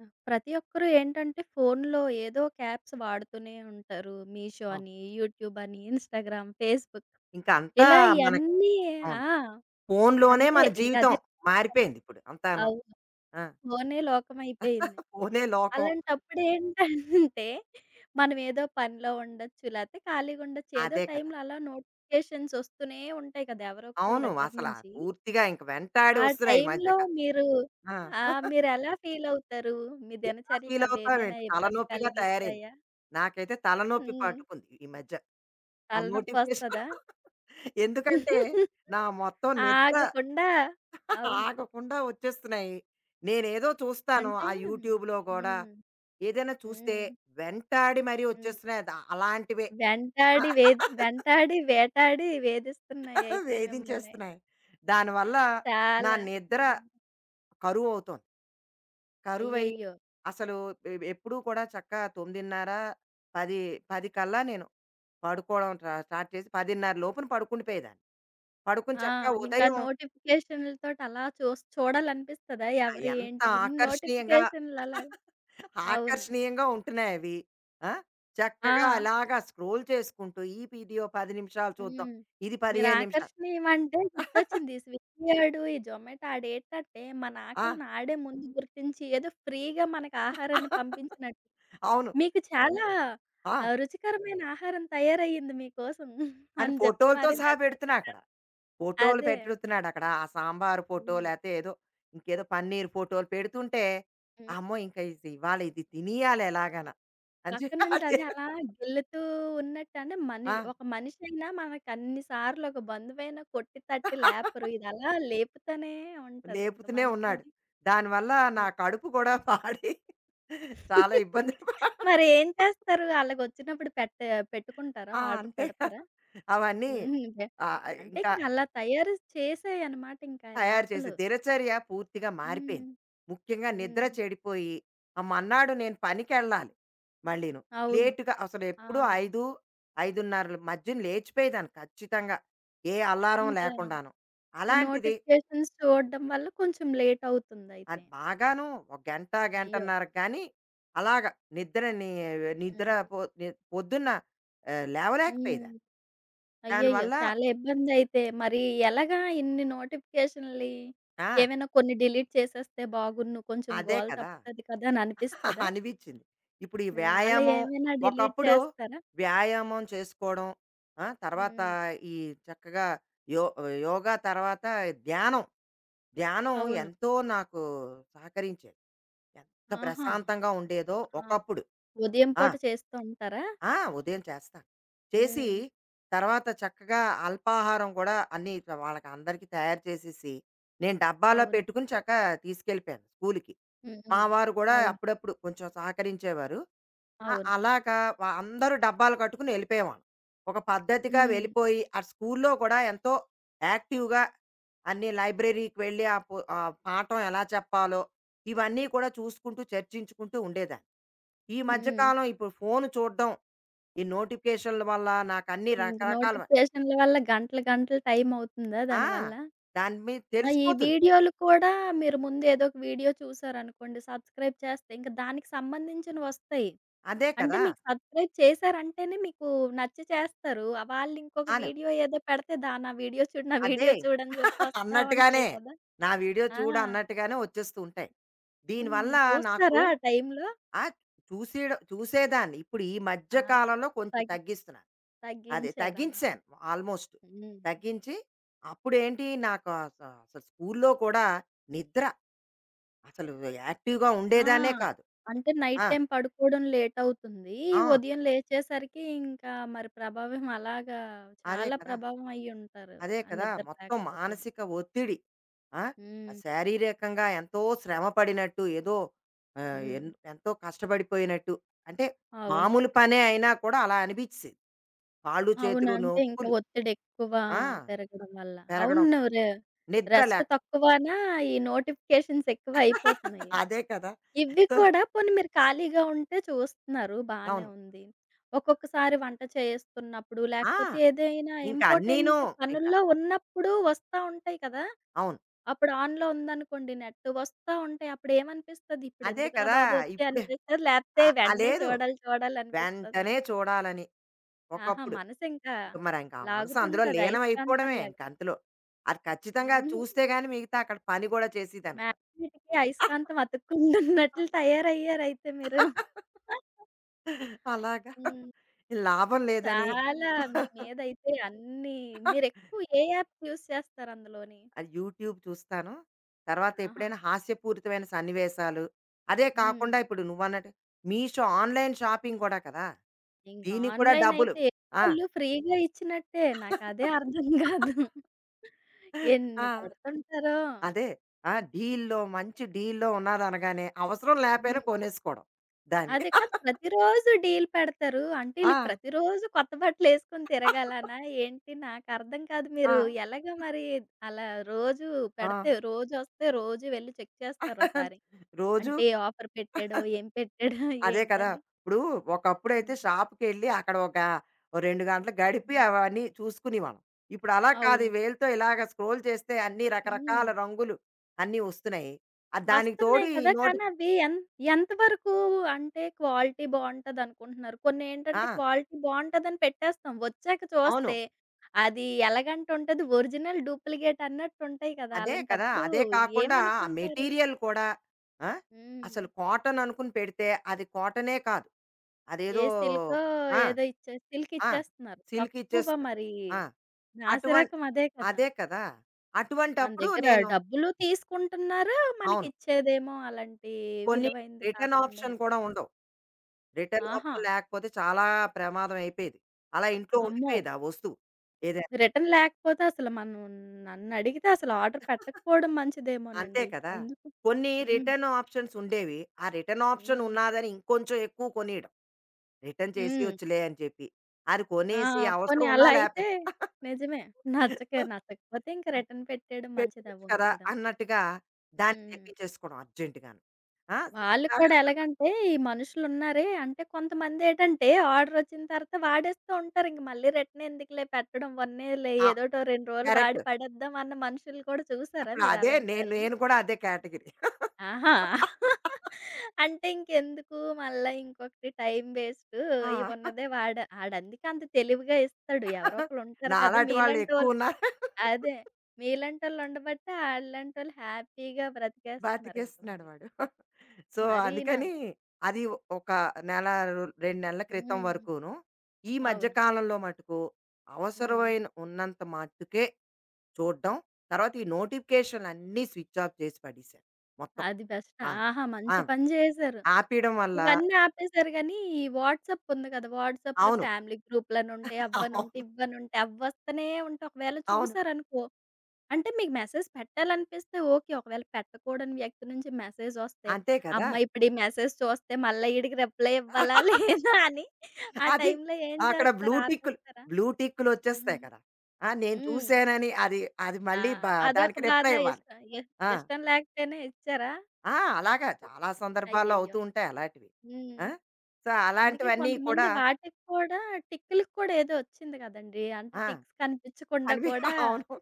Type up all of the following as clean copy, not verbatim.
ఆ! ప్రతి ఒక్కరు ఏంటంటే, ఫోనులో ఏదో ఒక యాప్స్ వాడుతూనే ఉంటారు. మీషో అవును. అని, యూట్యూబ్ అని, ఇన్‌స్టాగ్రామ్, ఫేస్‌బుక్ ఇంకా అంతా ఇలా మనకి ఇయన్నీ అవును. ఆ! ఫోనులోనే అంతే. మన ఇంక జీవితం అదే లోకమై మారిపోయింది ఇప్పుడు అంతాను. అవును. ఆ! ఫోనే లోకమైపోయింది. ఫోనే లోకం. అలాంటప్పుడు ఏంటంటే, మనం ఏదో పనిలో ఉండొచ్చు, లేతే ఖాళీగా ఉండొచ్చు. ఏదో అదే కదా! టైంలో అలా నోటిఫికేషన్స్ వస్తూనే ఉంటాయి కదా! ఎవరో ఒకళ్ళ అవును. దగ్గర అసలా నుంచి. పూర్తిగా ఇంక వెంటాడి ఆ వస్తున్నాయి ఈ మధ్య టైంలో కా మీరు ఆ! ఆ! మీరెలా ఫీలవుతారు? మీ ఎలా దినచర్యకి ఫీల్ అవేమైనా అవుతావేంటి? ఇబ్బంది తలనొప్పిగా తయారైంది. కలిగిస్తాయా? నాకైతే తలనొప్పి హ్మ్. పట్టుకుంది ఈ మధ్య. ఆ నోటిఫికేషన్. తలనొప్పొస్తదా? ఎందుకంటే నా మొత్తం నిద్ర ఆగకుండా అవును. ఆగకుండా వచ్చేస్తున్నాయి. నేనేదో చూస్తాను అంటే ఆ హ్మ్. యూట్యూబ్‌లో గూడా. హ్మ్. ఏదైనా చూస్తే హ్మ్. వెంటాడి మరీ వచ్చేస్తున్నాయి. అలాంటివే. ఆ, వెంటాడి, వేటాడి వేధిస్తున్నాయి అయితే మిమ్మల్ని. వేధించేస్తున్నాయి. దానివల్ల నా చాలా. నిద్ర హ్మ్. కరువవుతోంది. కరువయ్యి అయ్యయ్యో! అసలు ఎప్పుడూ కూడా చక్కగా 9:30, 10, 10 కల్లా నేను పడుకోవడం స్టార్ట్ చేసి 10:30 లోపున పడుకుండిపోయేదాన్ని. పడుకొని ఆ! చక్కగా ఇంకా ఉదయం. నోటిఫికేషన్‌లతోటి అలా చూడాలనిపిస్తదా? ఆ! ఎవరు ఎంత ఏంటి ఇన్ని ఆకర్షణీయంగా నోటిఫికేషన్‌లలా అవును. ఆకర్షణీయంగా ఉంటున్నాయవి. ఆ! చక్కగా ఆ! అలాగా స్క్రోల్ చేసుకుంటూ ఈ వీడియో 10 నిమిషాలు చూద్దాం. హ్మ్. ఇది మీరు 15 నిమిషాలు. ఆకర్షణీయమంటే గుర్తొచ్చింది. ఈ స్విగ్గీ ఆడు, ఈ జొమాటో ఆడేంటంటే మన ఆ! ఆకలిని ఆడే ముందు గుర్తించి ఏదో ఫ్రీగా మనకు ఆహారాన్ని పంపించినట్టు. అవును. మీకు చాలా ఆ! ఆహ్, రుచికరమైన ఆహారం తయారయ్యింది మీకోసం అని అని జెప్పి ఫోటోలతో మరి సహా మెసేజ్ పెడ్ పెడుతున్నాక్కడ. ఫోటోలు అదే. పెడుతున్నాడక్కడ. ఆ సాంబారు ఫోటో హ్మ్. లేతే ఏదో ఇంకేదో పన్నీర్ ఫోటోలు పెడుతుంటే, హ్మ్. అమ్మో! ఇంక ఇవాళ ఇది తినేయాలి ఎలాగైనా అని చెప్పి. పక్క నుంచి అది అలా గిల్లుతూ ఉన్నట్టు అంటే మని ఆ! ఒక మనిషైనా మనకన్ని సార్లు ఒక బంధువైనా కొట్టి తట్టి లేపరు. ఇది అలా లేపుతూనే ఉంటది ఇంక లేపుతూనే ఉన్నాడు. మనుషుల్ని. దానివల్ల నా హ్మ్. కడుపు కూడా పాడి చాలా ఇబ్బందులు మరి ఏం చేస్తారు? ఆళ్ళకొచ్చినప్పుడు పెట్టుకుంటారా? ఆ! ఆర్డర్ అంతేగా పెడతారా? అవన్నీ. హ్మ్. బె ఆహ్, అంటే ఇంకా ఇంక అలా తయారు చేశాయన్నమాట ఇంకా తయారు చేసి యాప్‌లు. దినచర్య పూర్తిగా మారిపోయింది. హ్మ్. ముఖ్యంగా నిద్ర హ్మ్. చెడిపోయి, ఆ మన్నాడు నేను పనికెళ్ళాలి మళ్ళీను. అవును. లేట్‌గా అసలు ఆ! ఎప్పుడూ 5, 5:30 మధ్యన లేచిపోయేదాన్ని ఖచ్చితంగా. ఏ అల్లారం ఇంకా లేకుండాను. ఈ అలాంటిది నోటిఫికేషన్స్ చూడడం వల్ల కొంచెం లేట్ అది అవుతుందయితే. బాగాను ఒక గంట, అయ్యో! గంటన్నర కానీ అలాగా నిద్రని నిద్ర హ్మ్. పొ ని పొద్దున్న, ఆహ్, హ్మ్. లేవలేకపోయేదాన్ని. అయ్యయ్యో! దానివల్ల చాలా ఇబ్బందయితే. మరి ఎలాగా ఇన్ని నోటిఫికేషన్‌లి ఆ! ఏమైనా కొన్ని డిలీట్ చేసేస్తే బాగున్ను కొంచెం అదే గోల కదా! తప్పుతది కదా! అని అనిపిస్తదా? అనిపించింది. ఇప్పుడు ఈ హ్మ్. అలా వ్యాయామం ఏమైనా డిలీట్ ఒకప్పుడు చేస్తారా? వ్యాయామం చేసుకోవడం, ఆ! తర్వాత హ్మ్. ఈ చక్కగా యో యోగా తర్వాత ధ్యానం. ధ్యానం అవును. ఎంతో నాకు సహకరించేది. ఎంత ఆహా! ప్రశాంతంగా ఉండేదో ఆ! ఒకప్పుడు. ఉదయం ఆ! పూట చేస్తూ ఉంటారా? ఆ! ఉదయం చేస్తాను. చేసి హ్మ్. తర్వాత చక్కగా అల్పాహారం కూడా అన్నీ ఇట్లా వాళ్ళకి అందరికీ తయారు చేసేసి, నేను డబ్బాలో అవును. పెట్టుకుని చక్కగా తీసుకెళ్ళిపోయాను స్కూలుకి. హ్మ్. మా హ్మ్. వారు కూడా అవును. అప్పుడప్పుడు కొంచెం సహకరించేవారు. అవును. అలాగా అందరూ డబ్బాలు కట్టుకుని ఎళ్ళిపోయేవాళ్ళం. ఒక పద్ధతిగా హ్మ్. వెళ్ళిపోయి, ఆ స్కూల్లో కూడా ఎంతో యాక్టివ్‌గా అన్ని లైబ్రరీకి వెళ్ళి ఆ పు ఆ పాఠం ఎలా చెప్పాలో, ఇవన్నీ కూడా చూసుకుంటూ చర్చించుకుంటూ ఉండేదాన్ని. ఈ మధ్య హ్మ్. కాలం ఇప్పుడు ఫోను చూడ్డం ఈ నోటిఫికేషన్ల వల్ల నాకన్నీ హ్మ్. రకరకాల. నోటిఫికేషన్ల వల్ల గంటలు గంటలు టైం అవుతుందా ఆ! దానివల్ల? దాని మీద ఆ! ఈ తెలిసిపోతుంది. వీడియోలు కూడా మీరు ముందు ఏదో ఒక వీడియో చూసారనుకోండి సబ్‌స్క్రైబ్ చేస్తే ఇంక దానికి సంబంధించినవొస్తాయి. అదే అంటే కదా! మీకు సబ్‌స్క్రైబ్ చేశారంటేనే మీకు నచ్చి చేస్తారు. ఆహ్, వాళ్ళింకొక అను. వీడియో ఏదో పెడితే దా నా వీడియో చూడు, నా అదే. వీడియో చూడని చెప్పి వస్తా అన్నట్టుగానే. ఉంటాయి కదా! నా వీడియో ఆ! చూడు అన్నట్టుగానే వచ్చేస్తూ ఉంటాయి. హ్మ్. దీనివల్ల నాకు చూస్తారా ఆ టైంలో? ఆ! చూసేయడం చూసేదాన్ని. ఇప్పుడు ఈ మధ్య ఆ! కాలంలో కొంచెం తగ్ తగ్గిస్తున్నాను. అదే తగ్గించారా? తగ్గించాను ఆల్మోస్ట్. హ్మ్. తగ్గించి అప్పుడేంటి నాకు అసలు స్కూల్లో కూడా నిద్ర అసలు యాక్టివ్‌గా ఆ! ఉండేదాన్నే కాదు. అంటే నైట్ ఆ! టైమ్ పడుకోవడం లేటవుతుంది. ఆ! ఉదయం లేచేసరికి ఇంకా మరి ప్రభావం అలాగా అదే చాలా కదా! ప్రభావం అయ్యుంటారు. అదే ఆ కదా! నిద్ర మొత్తం లేకపోతే. మానసిక ఒత్తిడి. ఆ! ఆ హ్మ్. శారీరకంగా ఎంతో శ్రమ పడినట్టు ఏదో ఆహ్, హ్మ్. ఎంతో కష్టపడిపోయినట్టు అంటే అవును. మామూలు పనే అయినా కూడా అలా అనిపించేసేది. కాళ్ళు, అవును. చేతులు అంటే ఇంకా నొప్పులు. ఒత్తిడెక్కువ ఆ! పెరగడం వల్ల. అవును. పెరగడం. నువ్వు రె నిద్ర రెస్ట్ లేక తక్కువనా, ఈ నోటిఫికేషన్స్ ఎక్కువ అయిపోతున్నాయి. అదే కదా! ఇవి సో కూడా పోనీ మీరు ఖాళీగా ఉంటే చూస్తున్నారు బానే అవును. ఉంది. ఒక్కొక్కసారి వంట చేస్తున్నప్పుడు, ఆ! లేకపోతే ఏదైనా ఇంకా అన్నీను ఇంపార్టెంట్ ఇంకా. పనుల్లో ఉన్నప్పుడు వస్తా ఉంటాయి కదా! అవును. అప్పుడు ఆన్‌లో ఉందనుకోండి నెట్, వస్తా ఉంటాయి. అప్పుడేమనిపిస్తది? అదే ఇప్పుడెందుకురా కదా! బాబు ఒత్తి ఇప్పుడే అనిపిస్తదా? లేపోతే ఆ! ఆ! వెంటనే లేదు. చూడాలి, చూడాలి అనిపిస్తదా? వెంటనే చూడాలని ఆహా! ఒకప్పుడు. మనసింకా ఇంక మరి ఆ మనసు అందులో లాగుతుంటది లీనమైపోవడమే ఇంక అయస్కాంతంలాగా. అంతలో. అది ఖచ్చితంగా హ్మ్. చూస్తే గాని మిగతా అక్కడ పని గూడా చేసేదాన్ని కాదు. మ్యాగ్నెట్‌కి అయస్కాంతం అతుక్కుంటున్నట్లు తయారయ్యారయితే మీరు. అలాగా. హ్మ్. లాభం లేదని చాలా మీ మీదయితే అన్నీ మీరెక్కువ ఏ యాప్స్ యూజ్ చేస్తారు అందులోని? అది యూట్యూబ్ చూస్తాను. తర్వాత ఆహా! ఎప్పుడైనా హాస్యపూరితమైన సన్నివేశాలు, అదే హ్మ్. కాకుండా ఇప్పుడు నువ్వన్నట్టు మీషో ఆన్‌లైన్ షాపింగ్ గూడా కదా! ఇంక దీనికి కూడా ఆన్‌లైన్ డబ్బులు. అయితే ఆ! వాళ్ళు ఫ్రీగా ఇచ్చినట్టే. నాకదే అర్థం కాదు. ఆ! ఎన్ని పెడుతుంటారో. అదే. ఆ! మంచి డీల్‌లో ఉన్నాదనగానే అవసరం లేపోయినా హ్మ్. కొనేసుకోవడం దాన్ని. అదే కాదు ప్రతిరోజు డీల్ పెడతారు. అంటే ఆ! ఈళ్ళకి ప్రతిరోజు కొత్త బట్టలేసుకొని తిరగాలనా ఏంటి? నాకర్థం కాదు. ఆ! మీరు ఎలాగ మరి అలా రోజు ఆ! పెడితే రోజొస్తే రోజు వెళ్లి చెక్ చేస్తారా ఒకసారి? రోజూ అంటే ఆఫర్ పెట్టాడో, ఏం పెట్టాడో అదే కదా! ఏంటని? ఇప్పుడు ఒకప్పుడైతే హ్మ్. షాప్‌కెళ్ళి అక్కడ ఒక, ఓ 2 గంటలు గడిపి హ్మ్. అవన్నీ చూసుకునేవాళ్ళం. ఇప్పుడు అలా కాదు. ఈ అవును. వేలుతో ఇలాగ స్క్రోల్ చేస్తే అన్ని రకరకాల హ్మ్. రంగులు అన్నీ వస్తున్నాయి. ఆహ్, దానికి తోడు వస్తున్నాయి ఈ కదా! నోటి కానీ అవి ఎన్ ఎంత వరకు అంటే క్వాలిటీ బావుంటదనుకుంటున్నారు? కొన్నేంటంటే ఆ! క్వాలిటీ బావుంటదని పెట్టేస్తాం. వచ్చాక అవును. చూస్తే అది ఎలగంట ఉంటది. ఒరిజినల్, డూప్లికేట్ అన్నట్టుంటాయి కదా! అదే కదా! అలాంటప్పుడు అదే కాకుండా ఆ ఏమనుకుంటారు? మెటీరియల్ కూడా ఆ! హ్మ్. అసలు కాటన్ అనుకుని పెడితే అది కాటనే కాదు. ఏ అదేదో సిల్కో ఆ! ఏదో ఇచ్చే సిల్క్ ఆ! ఇచ్చేస్తున్నారు. సిల్క్ తక్కువ ఇచ్చేస్తున్నాయి. మరి ఆ! అటువంట్ నాసిరకం అదే కదా! అదే కదా! మన అటువంటప్పుడు దగ్గర నేను డబ్బులు తీసుకుంటున్నారు. అవును. మనకిచ్చేదేమో అలాంటి కొన్ని విలువైంది రిటర్న్ కాకుండా ఆప్షన్ కూడా ఇస్తున్నారు. ఉండవు. రిటర్న్ ఆహా! ఆప్షన్ లేకపోతే చాలా ప్రమాదం అయిపోయేది. అలా ఇంట్లో అమ్మో! ఉండిపోయేది ఆ వస్తువు. ఏదైనా రిటర్న్ లేకపోతే అసలు మనం నన్నడిగితే అసలు ఆర్డర్ పెట్టకపోవడం అంతే మంచిదేమోనండి. కదా! ఎందుకు? కొన్ని హ్మ్. రిటర్న్ ఆప్షన్స్ ఉండేవి. ఆ రిటర్న్ ఆప్షన్ హ్మ్. ఉన్నాదని ఇంకొంచెం ఎక్కువ కొనియడం. రిటర్న్ హ్మ్. చేసేయొచ్చులే అని చెప్పి. అది ఆ! కొనేసి పోనీ అవసరం ఉన్నా అలా అయితే లేపోయినా నిజమే. నచ్చకపోతే ఇంక ఆ! రిటర్న్ పెట్టేయడం మంచిది పెట్టొచ్చు అవి కదా! ఉంచడం. అన్నట్టుగా దాన్ని హ్మ్. తెప్పించేసుకోవడం అర్జెంట్‌గాను. ఆ! వాళ్ళు కూడా ఎలాగంటే ఈ మనుషులున్నారే అంటే కొంతమందేటంటే ఆర్డరొచ్చిన తర్వాత వాడేస్తూ ఉంటారు. ఇంక మళ్ళీ రిటర్న్ ఎందుకులే పెట్టడం, వన్నేలే ఆ! ఏదోటో 2 రోజులు కరెక్ట్. వాడి పడేద్దాం అన్న మనుషులు కూడా చూసారా అప్పుడు అదే నేను మీరలాంటోళ్ళని? నేను కూడా అదే కేటగిరీ. ఆహా! అంటే ఇంకెందుకు మళ్ళా ఇంకొకటి టైమ్ వేస్టు. ఆ! ఇవున్నదే వాడ ఆడందుకే అంత తెలివిగా ఇస్తాడు. ఎవరో ఒకళ్ళుంటారు కదా! నాలాంటి వాళ్ళు మీలాంటోళ్ళు ఎక్కువున్నారు. అదే. మీలాంటోళ్ళుండబట్టే ఆళ్ళంటోళ్ళు హ్యాపీగా బ్రతికేస్తున్నారింక బతికేస్తున్నాడు మరి. వాడు. సో, హ్మ్. మరీనా అందుకని అది ఒక నెల, 2 నెలల క్రితం హ్మ్. వరకును. ఈ మధ్య అవును. కాలంలో మటుకు హ్మ్. అవసరమైన ఉన్నంత మట్టుకే చూడడం. తర్వాత ఈ నోటిఫికేషన్‌లన్నీ స్విచ్ ఆఫ్ చేసి పడేశాను మొత్తం. అది బెస్ట్. ఆ! ఆహా! ఆ! మంచి పని జేశారు. ఆపేయడం వల్ల ఇవన్నీ ఆపేశారు గానీ, ఈ వాట్సాప్ ఉంది కదా! వాట్సాప్‌లో అవును. ఫ్యామిలీ గ్రూప్‌లనుంటాయి, అవును. అవ్వనుంటాయి, ఇవ్వనుంటాయి, అవ్వొస్తనే ఉంటాయి. ఒకవేళ అవును. చూసారనుకో అంటే మీకు మెసేజ్ పెట్టాలనిపిస్తే ఓకే. ఒకవేళ పెట్టకూడని వ్యక్తి నుంచి మెసేజొస్తే, అంతే కదా! అమ్మ! ఇప్పుడు ఈ మెసేజ్ చూస్తే మళ్ళా ఈడికి రిప్లై ఇవ్వాలా లేదా అని ఆ అది టైంలో ఏం అక్కడ బ్లూ చేస్తారు? టిక్కులు, ఆపేస్తారా? బ్లూ హ్మ్. టిక్కులొచ్చేస్తాయి కదా! ఆ! నేను హ్మ్. చూసానని అది, అది ఆ! మళ్ళీ అదొక దానికి బాధ. రిప్లై ఇవ్వాలి. ఆ! ఇష్టం లేకపోయినా ఇచ్చారా? ఆ! అలాగా చాలా సందర్భాల్లో అవుతూ అయ్యయ్యో! ఉంటాయి అలాంటివి. హ్మ్. ఆ! సో, అందుకే అలాంటివన్నీ కొంతమంది కూడా వాటికి కూడా టిక్కులకి కూడా ఏదో వచ్చింది కదండీ. అంటే ఆ! టిక్స్ కనిపించకుండా అనివి కూడా అవును.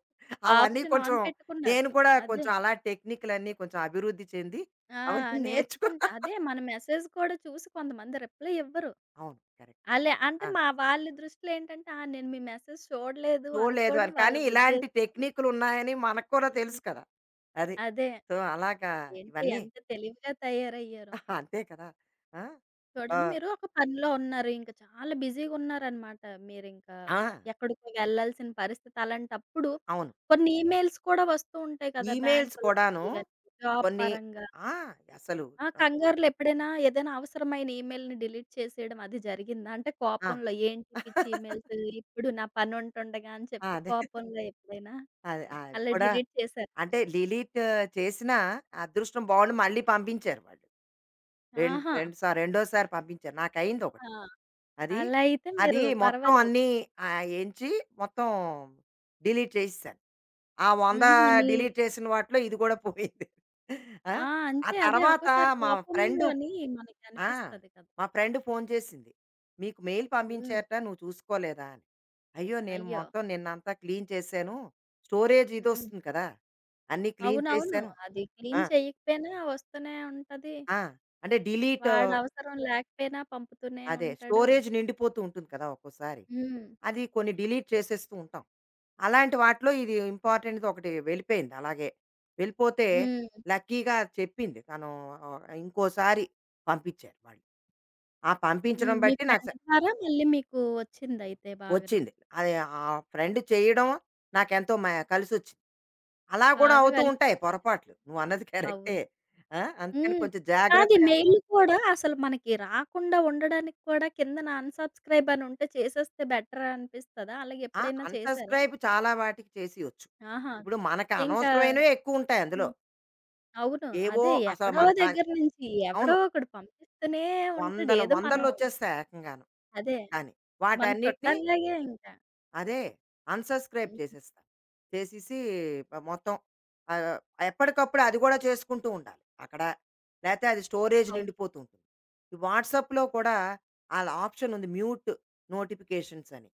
అవన్నీ ఆప్షన్ కొంచెం ఆన్ పెట్టుకున్నారు. నేను కూడా అదే. కొంచెం అలా టెక్నిక్‌లన్నీ కొంచెం అభివృద్ధి చెంది ఆ! అవన్నీ నేర్చుకున్నా. నేర్చుకుంటా. అదే మన మెసేజ్ కూడా చూసి కొంతమంది రిప్లై ఇవ్వరు. అవును. కరెక్ట్. ఆళ్ళే అంటే ఆ! మా వాళ్ళ దృష్టిలో ఏంటంటే, "ఆ! నేను మీ మెసేజ్ చూడలేదు" చూడలేదు అనుకోవడం అని. వాళ్ళ కానీ ఇలాంటి ఉద్దేశం. టెక్నిక్‌లున్నాయని మనకు కూడా హ్మ్. తెలుసు కదా! అది. అదే. సో, అలాగా ఏంటో ఇవన్నీ ఎంత తెలివిగా తయారయ్యారో. అంతే కదా! ఆ! చూడండి ఆహ్, మీరు ఒక పనిలో ఉన్నారు. ఇంక చాలా బిజీగా ఉన్నారనమాట. మీరింకా ఆ! ఎక్కడికో వెళ్ళాల్సిన పరిస్థితి. అలాంటప్పుడు అవును. కొన్ని ఈమెయిల్స్ కూడా వస్తూ ఉంటాయి కదా! ఈమెయిల్స్ బ్యాంకుల కూడాను నుండి గాని, జాబ్ కొన్ని పరంగా. ఆ! అసలు ఆ! కంగారులో ఎప్పుడైనా ఏదైనా అవసరమైన ఈమెయిల్‌ని డిలీట్ చేసేయడం అది జరిగిందా? అంటే ఆ! కోపంలో ఏంటి పిచ్చి ఈమెయిల్స్ ఇప్పుడు నా పనుంటుండగా అని చెప్పి అదే. కోపంలో ఎప్పుడైనా అదే. అది అలా కూడా డిలీట్ చేశారా? అంటే డిలీట్ చేసిన అదృష్టం బావుండి మళ్ళీ పంపించారు వాళ్ళు. రెండు ఆహా! రెండు సారి రెండోసారి పంపించారు. నాకయిందొకటి. ఆ! అది. అలా అయితే అది మీరు మొత్తం పర్వాలేదు. అన్నీ ఆహ్, ఎంచి మొత్తం డిలీట్ చేసేసాను. ఆ 100 హుహు. మీ డిలీట్ చేసిన వాటిలో ఇది కూడా పోయింది. ఆ! ఆ! ఆ అంతే అదే తర్వాత ఒక్కోసారి మా ఫ్రెండు కోపంలోని మనకి ఆ! అనిపిస్తది కదా! మా ఫ్రెండ్ ఫోను చేసింది. "మీకు మెయిల్ హ్మ్. పంపించారట నువ్వు చూసుకోలేదా" అని. అయ్యో! నేను అయ్యో! మొత్తం నిన్నంతా క్లీన్ చేశాను. స్టోరేజ్ హ్మ్. ఇదొస్తుంది కదా! అన్నీ క్లీన్ అవునవును. చేశాను. అది ఆ! క్లీన్ చేయకపోయినా వస్తూనే ఉంటది. ఆ! అంటే డిలీట్ వాడవసరం లేకపోయినా పంపుతూనే అదే ఉంటాడు. స్టోరేజ్ నిండిపోతూ ఉంటుంది కదా! ఒక్కోసారి. హ్మ్. అది కొన్ని డిలీట్ చేసేస్తూ ఉంటాం. అలాంటి వాటిలో ఇది ఇంపార్టెంట్‌ది ఒకటి వెళ్ళిపోయింది అలాగే. వెళ్ళిపోతే హ్మ్. లక్కీగా చెప్పింది తను. ఆహ్, ఇంకోసారి పంపించారు వాళ్ళు. ఆ హ్మ్. పంపించడం మీ బట్టి నాకు ఫ్రెండ్ ద్వారా మళ్ళీ మీకు వచ్చిందయితే బాగానే. వచ్చింది. అది ఆ ఫ్రెండ్ చేయడం నాకెంతో కలిసొచ్చింది. అలా గూడా బాగా అవుతూ కలిసి ఉంటాయి పొరపాట్లు. నువ్వన్నది కరెక్టే. అవును. ఆ! అందుకని హ్మ్. కొంచెం కాదు. ఈ జాగ్రత్తగా. మెయిల్‌లు కూడా అసలు మనకి రాకుండా ఉండడానికి కూడా కిందన అన్‌సబ్‌స్క్రైబ్ అని ఉంటే చేసేస్తే బెటర్ అనిపిస్తదా? అలాగే ఆ! ఎప్పుడైనా చేశారా? అన్‌సబ్‌స్క్రైబ్ చాలా వాటికి చేసియొచ్చు. ఆహా! ఇప్పుడు మనకి ఇంకా అనవసరమైనవే ఎక్కువుంటాయి అందులో. హ్మ్. అవును. ఏవో అదే అసలు ఎక్కడో మన కా దగ్గర నుంచి అవును. ఎవడో ఒకడు పంపిస్తూనే ఉంటాడు. వందల ఏదో మనం వందలొచ్చేస్తాయి ఏకంగాను. అదే కానీ మన వాటన్నిటిని చుట్టాల్లాగే ఇంకా. అదే. అన్‌సబ్‌స్క్రైబ్ హ్మ్. చేసేస్తా. చేసేసి ఆహ్, మొత్తం ఆహ్, ఎప్పటికప్పుడు అది గూడా చేసుకుంటూ ఉండాలి అక్కడ. లేతే అది స్టోరేజ్ అవును. నిండిపోతూ ఉంటుంది. ఈ వాట్సాప్‌లో కూడా ఆళ్ళ ఆప్షన్ ఉంది. మ్యూట్ నోటిఫికేషన్స్ అని.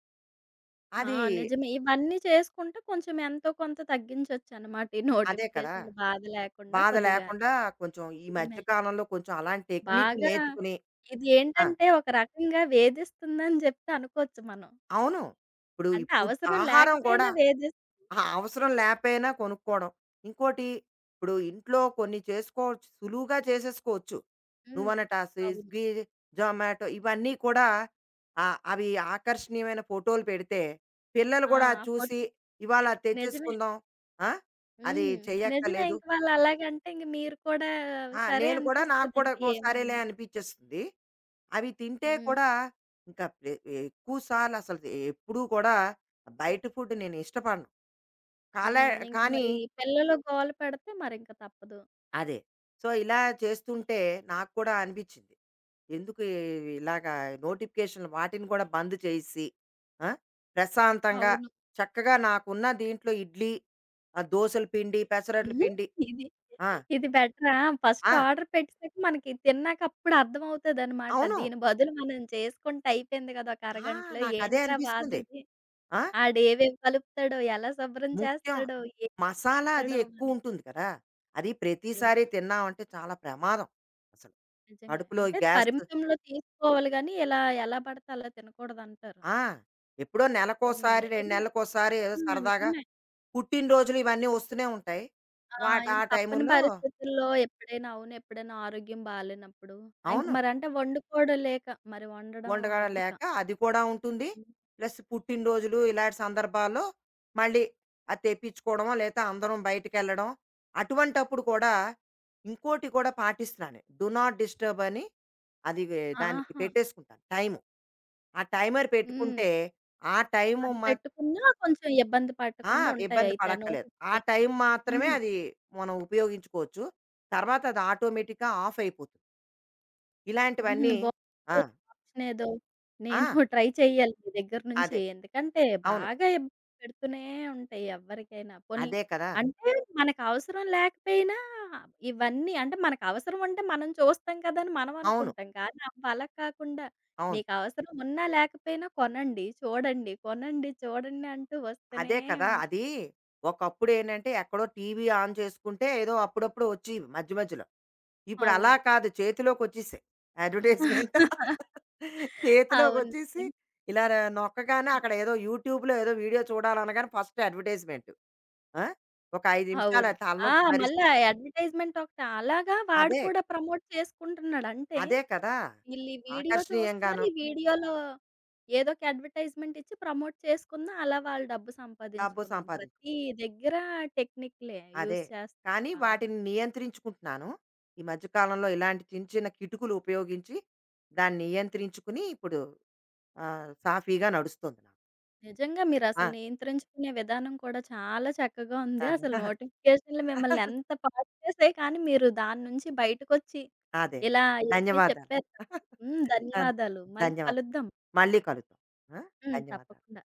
ఆ! అది నిజమే. ఇవన్నీ చేసుకుంటే కొంచెం ఎంతో కొంత తగ్గించొచ్చనమాట. ఈ అదే కదా! నోటిఫికేషన్‌ల బాధ లేకుండా బాధ కొద్దిగా. లేకుండా కొంచెం ఈ మధ్య నిజమే. కాలంలో కొంచెం అలాంటి టెక్నిక్ బాగా నేర్చుకుని. ఆ! ఇదేంటంటే ఒక రకంగా వేధిస్తుందని జెప్తే అనుకోవచ్చు మనం. అవును. ఇప్పుడు ఈ అంటే ఫుడ్ అవసరం ఆహారం గూడా లేకపోయినా వేధిస్ ఆ అవసరం లేకపోయినా కొనుక్కోవడం. ఇంకోటి ఇప్పుడు ఇంట్లో కొన్ని చేసుకోవచ్చు, సులువుగా చేసేసుకోవచ్చు. హ్మ్. నువ్వన్నట్టు ఆ అవును. స్విగ్గీ, జొమాటో ఇవన్నీ కూడా ఆహ్, అవి ఆకర్షణీయమైన ఫోటోలు పెడితే పిల్లలు ఆ! కూడా అది ఫోట్ చూసి ఇవాళ అది నిజమే. తెచ్చేసుకుందాం. ఆ! అది హ్మ్. నిజమే. చెయ్యక్కర్లేదు. ఇంక వాళ్ళు అలాగంటే ఇంక మీరు కూడా ఆ! సరే నేను కూడా నాకు అనిపిస్తది. కూడా ఇంక ఓ సరేలే ఏముంది. అనిపిచ్చేస్తుంది. అవి తింటే హ్మ్. కూడా ఇంకా ఎ ఎక్కువ సార్లు అసలు ఎప్పుడూ కూడా బయట ఫుడ్ నేను ఇష్టపడను. కాలే హ్మ్. ఇంక కానీ మరి పిల్లలు గోల పెడితే మరింక తప్పదు. అదే. సో, ఇలా చేస్తుంటే నాకు కూడా అనిపిచ్చింది. ఎందుకు ఇలాగా నోటిఫికేషన్‌లు వాటిని కూడా బంద్ చేసేసి, ఆ! ప్రశాంతంగా అవును. చక్కగా నాకున్న దీంట్లో ఇడ్లీ, ఆహ్, దోసల పిండి, పెసరట్ల హ్మ్. పిండి. ఇది, ఆ! ఇది బెటరా? ఫస్ట్ ఆ! ఆర్డర్ పెట్టేసాక మనకి తిన్నాక అప్పుడు అర్థమవుతదనమాట. అవును. దీని బదులు మనం చేసుకుంటే అయిపోయింది కదా! ఒక ఆ! అరగంటలో. నాకదే ఏంట్రా బాధ అనిపిస్తుంది. ఇది? ఆ! ఆడేవేవి కలుపుతాడో, ఎలా శుభ్రం ముఖ్యం. చేస్తాడో, ఏం మసాలా అది ఇస్తాడో మనకి. ఎక్కువుంటుంది కదా! అది అవును. ప్రతిసారి తిన్నామంటే చాలా ప్రమాదం అసలు. నిజంగా. కడుపులో అంటే గ్యాస్. పరిమితంలో తీసుకోవాలి గానీ, ఇలా ఎలా పడితే అలా తినకూడదంటారు. ఆ! ఎప్పుడో హ్మ్. నెలకోసారి, 2 నిజమే. నెలలకోసారి ఏదో ఆ! సరదాగా నిజమే. పుట్టినరోజులు ఇవన్నీ వస్తూనే ఉంటాయి. ఆ! వాటి ఆ ఇంక తప్పని టైముల్లో పరిస్థితుల్లో ఎప్పుడైనా అవును. ఎప్పుడైనా ఆరోగ్యం బాలేనప్పుడు. ఆహ్, ఇంక అవును. మరంటే వండుకోవడం లేక, మరి వండడం వంటగడం అవ్వక. లేక అది కూడా ఉంటుంది. ప్లస్ పుట్టినరోజులు ఇలాంటి సందర్భాల్లో మళ్ళీ అది తెప్పించుకోవడమో, లేతే అందరం బయటికెళ్ళడం. అటువంటప్పుడు కూడా ఇంకోటి కూడా పాటిస్తున్నాను. డు నాట్ డిస్టర్బ్ అని అది దానికి ఆహా! పెట్టేసుకుంటాను టైము. ఆ టైమర్ హ్మ్. పెట్టుకుంటే ఆ టైము అది మ పెట్టుకున్నా కొంచెం ఇబ్బంది ఆ! పడకుండా ఉంటాయి ఇబ్బంది అయితే ఆ పడక్కర్లేదు. ఆ నోటిఫికేషన్. టైం మాత్రమే హుహు. అది మనం ఉపయోగించుకోవచ్చు. తర్వాత అది ఆటోమేటిక్‌గా ఆఫ్ అయిపోతుంది. హుహు. ఇలాంటివన్నీ ఆ! బావుంది. ఆప్షనేదో నేను ఆ! ట్రై చెయ్యాలి మీ దగ్గర నుంచి. అదే. ఎందుకంటే అవును. బాగా ఇబ్బంది పెడుతూనే ఉంటాయి ఎవ్వరికైనా. పోనీ అదే కదా! అంటే మనకవసరం లేకపోయినా ఇవన్నీ అంటే మనకవసరం ఉంటే మనం చూస్తాం కదా! అని మనం అవును. అనుకుంటాం. కానీ అవ్వలా కాకుండా అవును. మీకవసరం ఉన్నా లేకపోయినా కొనండి, చూడండి, కొనండి, చూడండి అంటూ వస్తూనే అదే కదా! ఉంటాయి. అది ఒకప్పుడేంటంటే ఎక్కడో టీవీ ఆన్ చేసుకుంటే ఏదో అప్పుడప్పుడు వచ్చేవి మధ్య మధ్యలో. ఇప్పుడు అలా అవును. కాదు చేతిలోకొచ్చేసాయి. అడ్వర్‌టైజ్‌మెంట్ అవును. చేతిలోకొచ్చేసి నిజంగా. ఇలా నొక్కగానే అక్కడ ఏదో యూట్యూబ్‌లో ఏదో వీడియో చూడాలనగానే ఫస్ట్ అడ్వర్‌టైజ్‌మెంట్. ఆ! ఒక 5 నిమిషాలు ఆ అవును. ఆ! తలనొప్పి మళ్ళా అడ్వర్‌టైజ్‌మెంట్ ఒకటి. అలాగా వాడు అదే. కూడా ప్రమోట్ చేసుకుంటున్నాడు. అంటే అదే కదా! వీళ్ళు ఈ వీడియో చూస్తున్నారు. ఆకర్షణీయంగాను ఈ వీడియోలో ఏదో ఒక అడ్వర్‌టైజ్‌మెంట్ ఇచ్చి ప్రమోట్ చేసుకుందాం. అలా వాళ్ళు డబ్బు డబ్బు సంపాదించుకుందాం. సంపాదించు ప్రతి దగ్గర టెక్నిక్‌లే అదే. యూజ్ చేస్తున్నారు కానీ బాగా. వాటిని నియంత్రించుకుంటున్నాను. ఈ మధ్య కాలంలో ఇలాంటి చిన్న చిన్న కిటుకులు ఉపయోగించి దాన్ని నియంత్రించుకుని ఇప్పుడు ఆహ్, సాఫీగా నడుస్తుంది నాకు. నిజంగా ఆ! మీరసలు నియంత్రించుకునే విధానం కూడా చాలా చక్కగా ఉంది. దాన్ని అసలు నోటిఫికేషన్‌లు మిమ్మల్ని ఎంత పాడు చేసాయి. కానీ మీరు దాని నుంచి బయటకొచ్చి అదే. ఇలా ఇన్ని ధన్యవాదాలు. చెప్పారు కదా! హ్మ్. ధన్ ధన్యవాదాలు. మళ్ళీ ధన్యవాదాలు. కలుద్దాం. మళ్ళీ కలుద్దాం. ఆ! హ్మ్. ధన్యవాదాలు. తప్పకుండా.